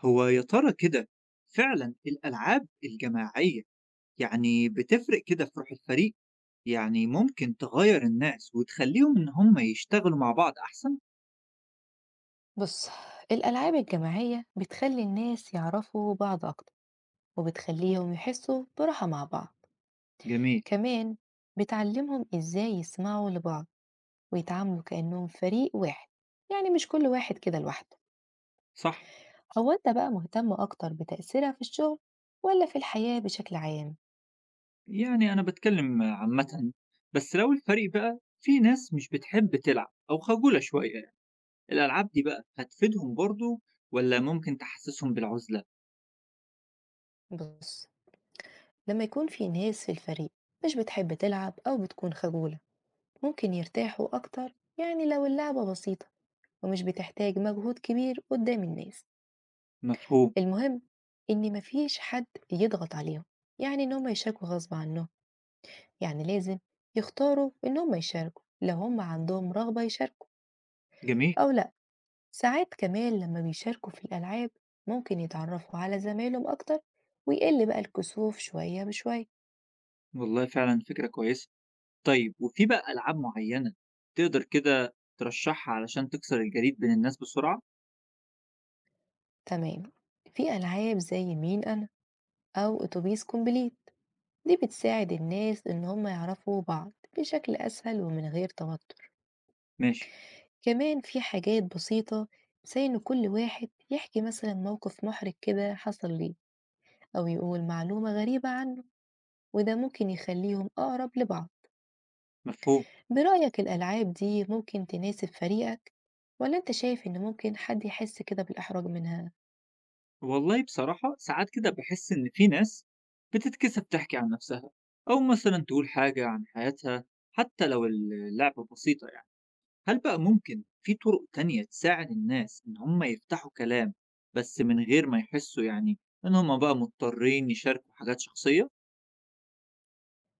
هو يا ترى كده فعلا الألعاب الجماعية يعني بتفرق كده في روح الفريق. يعني ممكن تغير الناس وتخليهم إن هم يشتغلوا مع بعض أحسن. بص، الألعاب الجماعية بتخلي الناس يعرفوا بعض أكتر، وبتخليهم يحسوا براحة مع بعض. جميل. كمان بتعلمهم إزاي يسمعوا لبعض، ويتعاملوا كأنهم فريق واحد، يعني مش كل واحد كده لوحده. صح. هو أنت بقى مهتم أكتر بتأثيرها في الشغل، ولا في الحياة بشكل عام؟ يعني أنا بتكلم عامة، بس لو الفريق بقى في ناس مش بتحب تلعب أو خجولة شوية يعني الألعاب دي بقى هتفيدهم برضو، ولا ممكن تحسسهم بالعزلة؟ بص، لما يكون في ناس في الفريق مش بتحب تلعب أو بتكون خجولة، ممكن يرتاحوا أكتر يعني لو اللعبة بسيطة، ومش بتحتاج مجهود كبير قدام الناس. مفهوم. المهم إن مفيش حد يضغط عليهم، يعني إن هم يشاركوا غصب عنهم. يعني لازم يختاروا إن هم يشاركوا لو هم عندهم رغبة يشاركوا، جميل. أو لأ. ساعات كمان لما بيشاركوا في الألعاب، ممكن يتعرفوا على زمايلهم أكتر، ويقل بقى الكسوف شوية بشوية. والله فعلا فكرة كويسة. طيب وفي بقى ألعاب معيّنة تقدر كده ترشّحها علشان تكسر الجليد بين الناس بسرعة؟ تمام، في ألعاب زي مين أنا، أو أتوبيس كومبليت، دي بتساعد الناس إن هم يعرفوا بعض بشكل أسهل ومن غير توتر. ماشي، كمان في حاجات بسيطة، زي إن كل واحد يحكي مثلا موقف محرج كده حصل ليه، أو يقول معلومة غريبة عنه، وده ممكن يخليهم أقرب لبعض. مفهوم. برأيك الألعاب دي ممكن تناسب فريقك، ولا أنت شايف إن ممكن حد يحس كده بالإحراج منها؟ والله بصراحة ساعات كده باحس إن في ناس بتتكسف تحكي عن نَفْسها، أو مثلًا تقول حاجة عن حياتها، حتى لو اللعبة بسيطة يعني. هل بقى ممكن في طُرق تانية تساعد الناس إن هم يفتحوا كلام، بس من غير ما يحسّوا يعني إن هم بقى مضطرين يشاركوا حاجات شخصية؟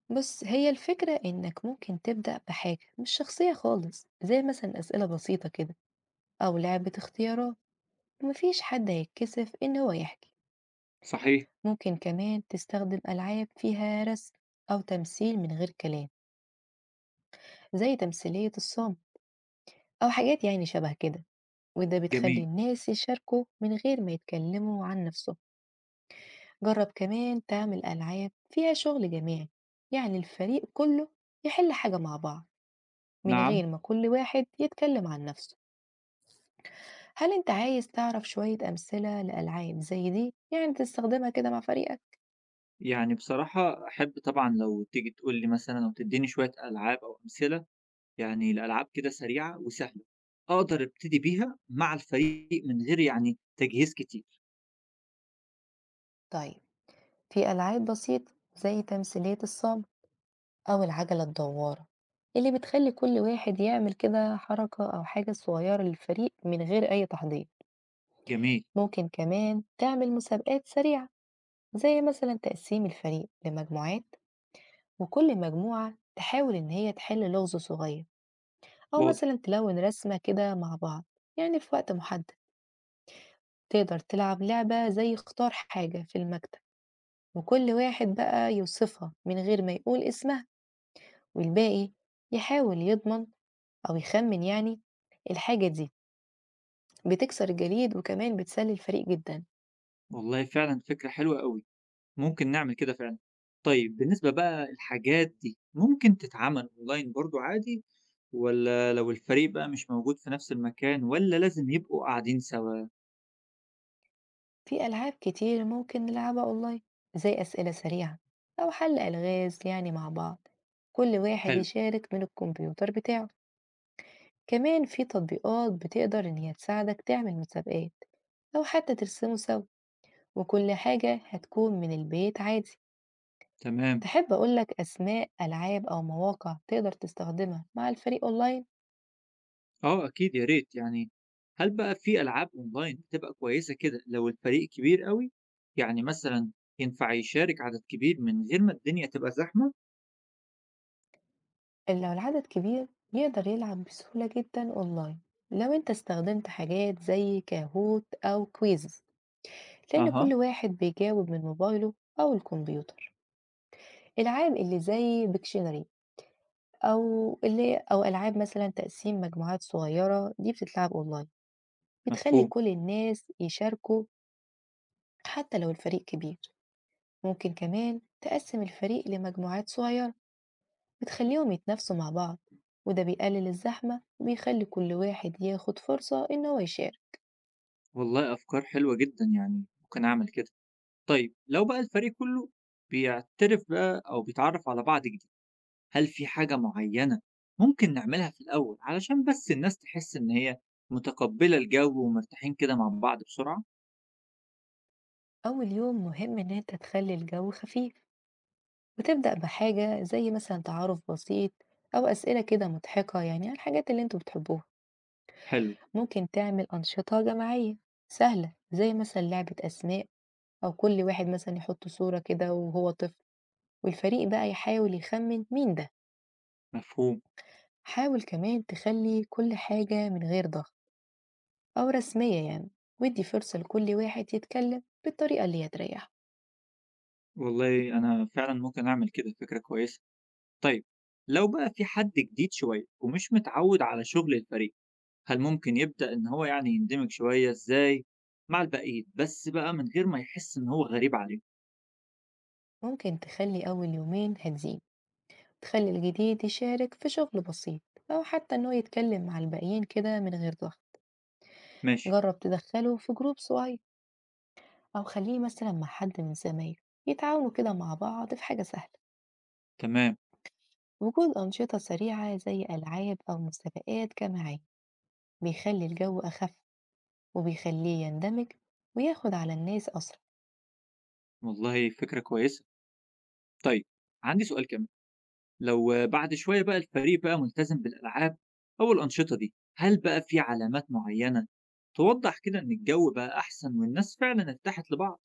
بص، هي الفكرة إنك ممكن تبدأ بحاجة مش شخصية خالص، زي مثلا أسئلة بسيطة كده، أو لعبة اختيارات، ومفيش حد هيتكسف إن هو يحكي. صحيح، ممكن كمان تستخدم ألعاب فيها رسم، أو تمثيل من غير كلام، زي تمثيلية الصم، أو حاجات يعني شبه كده، وده بتخلي جميل، الناس يشاركوا من غير ما يتكلموا عن نفسهم. جرب كمان تعمل ألعاب فيها شغل جماعي، يعني الفريق كله يحل حاجة مع بعض، من نعم. غير ما كل واحد يتكلم عن نفسه. هل انت عايز تعرف شوية أمثلة لألعاب زي دي يعني تستخدمها كده مع فريقك؟ يعني بصراحة أحب طبعًا لو تيجي تقول لي مثلًا أو تدّيني شوية ألعاب أو أمثلة، يعني لألعاب كده سريعة وسهلة، أقدر أبتدي بيها مع الفريق من غير يعني تجهيز كتير. طيب، في ألعاب بسيطة زي تمثيلية الصم، أو العجلة الدوارة، اللي بتخلي كل واحد يعمل كده حركة أو حاجة صغيرة للفريق من غير أي تحضير. جميل، ممكن كمان تعمل مسابقات سريعة، زي مثلا تقسيم الفريق لمجموعات، وكل مجموعة تحاول إن هي تحل لغز صغير، أو واضح، مثلا تلون رسمة كده مع بعض. يعني في وقت محدد تقدر تلعب لعبة زي اختار حاجة في المكتب، وكل واحد بقى يوصفها من غير ما يقول اسمها، والباقي يحاول يضمن أو يخمن يعني الحاجة دي. بتكسر الجليد وكمان بتسلي الفريق جدا. والله فعلًا فكرة حلوة أوي، ممكن نعمل كده فعلًا. طيب بالنسبة بقى الحاجات دي ممكن تتعمل أونلاين برضه عادي، والّا لو الفريق بقى مش موجود في نفس المكان، والّا لازم يبقوا قاعدين سوا؟ في ألعاب كتير ممكن نلعبها أونلاين، زي أسئلة سريعة، أو حل ألغاز يعني مع بعض، كل واحد حلو، يشارك من الكمبيوتر بتاعه. كمان في تطبيقات بتقدر إن هي تساعدك تعمل مسابقات، أو حتى ترسموا سوا، وكل حاجة هتكون من البيت عادي. تمام. تحب أقولك أسماء ألعاب أو مواقع تقدر تستخدمها مع الفريق أونلاين؟ آه أكيد يا ريت يعني. هل بقى في ألعاب أونلاين بتبقى كويسة كده لو الفريق كبير أوي؟ يعني مثلا ينفع يشارك عدد كبير من غير ما الدنيا تبقى زحمة؟ لو العدد كبير، يقدر يلعب بسهولة جدا أونلاين لو أنت استخدمت حاجات زي كاهوت أو كويز، لأن أها. كل واحد بيجاوب من موبايله أو الكمبيوتر. الألعاب اللي زي بيكشنري، أو ألعاب مثلا تقسيم مجموعات صغيرة، دي بتتلعب أونلاين، بتخلي مفهوم. كل الناس يشاركوا حتى لو الفريق كبير. ممكن كمان تقسم الفريق لمجموعات صغيرة، بتخليهم يتنافسوا مع بعض، وده بيقلل الزحمة وبيخلي كل واحد ياخد فرصة إن هو يشارك. والله أفكار حلوة جدا يعني ممكن أعمل كده. طيب لو بقى الفريق كله بيعترف بقى أو بيتعرف على بعض جديد، هل في حاجة معينة ممكن نعملها في الأول علشان بس الناس تحس إن هي متقبلة الجو ومرتاحين كده مع بعض بسرعة؟ أول يوم مهم إن أنت تخلي الجو خفيف، وتبدأ بحاجة زي مثلا تعارف بسيط، أو أسئلة كده مضحكة يعني عن الحاجات اللي أنتوا بتحبوها. حلو. ممكن تعمل أنشطة جماعية سهلة، زي مثلا لعبة أسماء، أو كل واحد مثلا يحط صورة كده وهو طفل، والفريق بقى يحاول يخمن مين ده. مفهوم. حاول كمان تخلي كل حاجة من غير ضغط أو رسمية يعني، ودي فرصة لكل واحد يتكلم بالطريقة اللي هتريحه. والله أنا فعلًا ممكن أعمل كده، فكرة كويسة. طيب لو بقى في حد جديد شوية ومش متعود على شغل الفريق، هل ممكن يبدأ إن هو يعني يندمج شوية إزاي مع الباقيين، بس بقى من غير ما يحس إن هو غريب عليهم؟ ممكن تخلي أول يومين هاديين، تخلي الجديد يشارك في شغل بسيط، أو حتى إنه يتكلم مع الباقيين كده من غير ضغط. ماشي، جرب تدخله في جروب صغير، أو خليه مثلا مع حد من زمايله، يتعاونوا كده مع بعض في حاجة سهلة. تمام، وجود أنشطة سريعة زي ألعاب أو مسابقات جماعية بيخلي الجو أخف، وبيخليه يندمج، وياخد على الناس أسرع. والله فكرة كويسة. طيب عندي سؤال كمان، لو بعد شوية بقى الفريق بقى ملتزم بالألعاب أو الأنشطة دي، هل بقى في علامات معينة توضح كده إن الجو بقى أحسن والناس فعلًا ارتاحت لبعض؟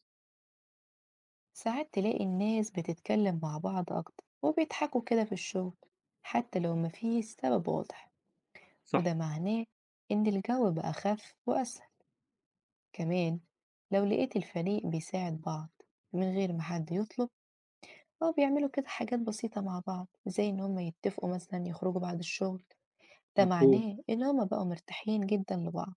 ساعات تلاقي الناس بتتكلم مع بعض أكتر وبيضحكوا كده في الشغل، حتى لو مفيش سبب واضح، صح، وده معناه إن الجو بقى أخف وأسهل. كمان لو لقيت الفريق بيساعد بعض من غير ما حد يطلب، أو بيعملوا كده حاجات بسيطة مع بعض، زي إن هما يتفقوا مثلا يخرجوا بعد الشغل، ده مفهوم. معناه إن هما بقوا مرتاحين جدا لبعض.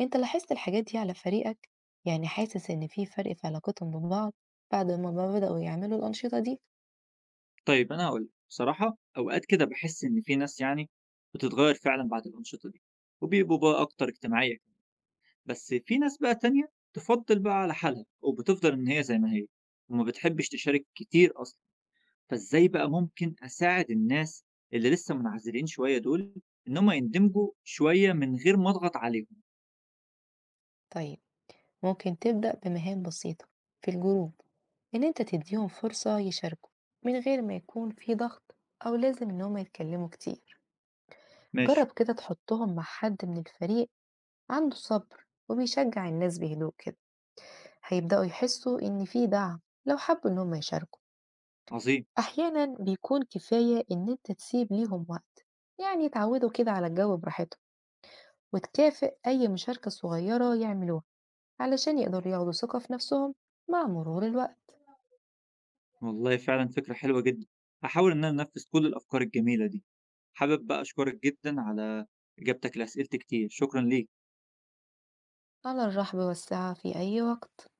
أنت لاحظت الحاجات دي على فريقك؟ يعني حاسس إن في فرق في علاقتهم ببعض بعد ما بدأوا يعملوا الأنشطة دي؟ طيب أنا هاقول لك، بصراحة أوقات كده باحس إن في ناس يعني بتتغيّر فعلًا بعد الأنشطة دي، وبيبقوا بقى أكتر اجتماعية، كده، بس في ناس بقى تانية تفضّل بقى على حالها وبتفضل إن هي زي ما هي، وما بتحبش تشارك كتير أصلًا، فإزاي بقى ممكن أساعد الناس اللي لسه منعزلين شوية دول إن هم يندمجوا شوية من غير ما أضغط عليهم؟ طيب، ممكن تبدأ بمهام بسيطة في الجروب، إن أنت تديهم فرصة يشاركوا من غير ما يكون في ضغط، أو لازم إنهم يتكلموا كتير. ماشي، جرب كده تحطهم مع حد من الفريق عنده صبر وبيشجع الناس بهدوء كده، هيبدأوا يحسوا إن في دعم لو حبوا إنهم يشاركوا. عظيم. أحيانا بيكون كفاية إن أنت تسيب ليهم وقت، يعني يتعودوا كده على الجو براحتهم، وتكافئ أي مشاركة صغيرة يعملوها، علشان يقدروا ياخدوا ثقة في نفسهم مع مرور الوقت. والله فعلًا فكرة حلوة جدًا، هاحاول إن أنا أنفّذ كل الأفكار الجميلة دي. حابب بقى أشكرك جدًا على إجابتك لأسئلتي كتير، شكرًا ليك. على الرحب والسعة في أي وقت.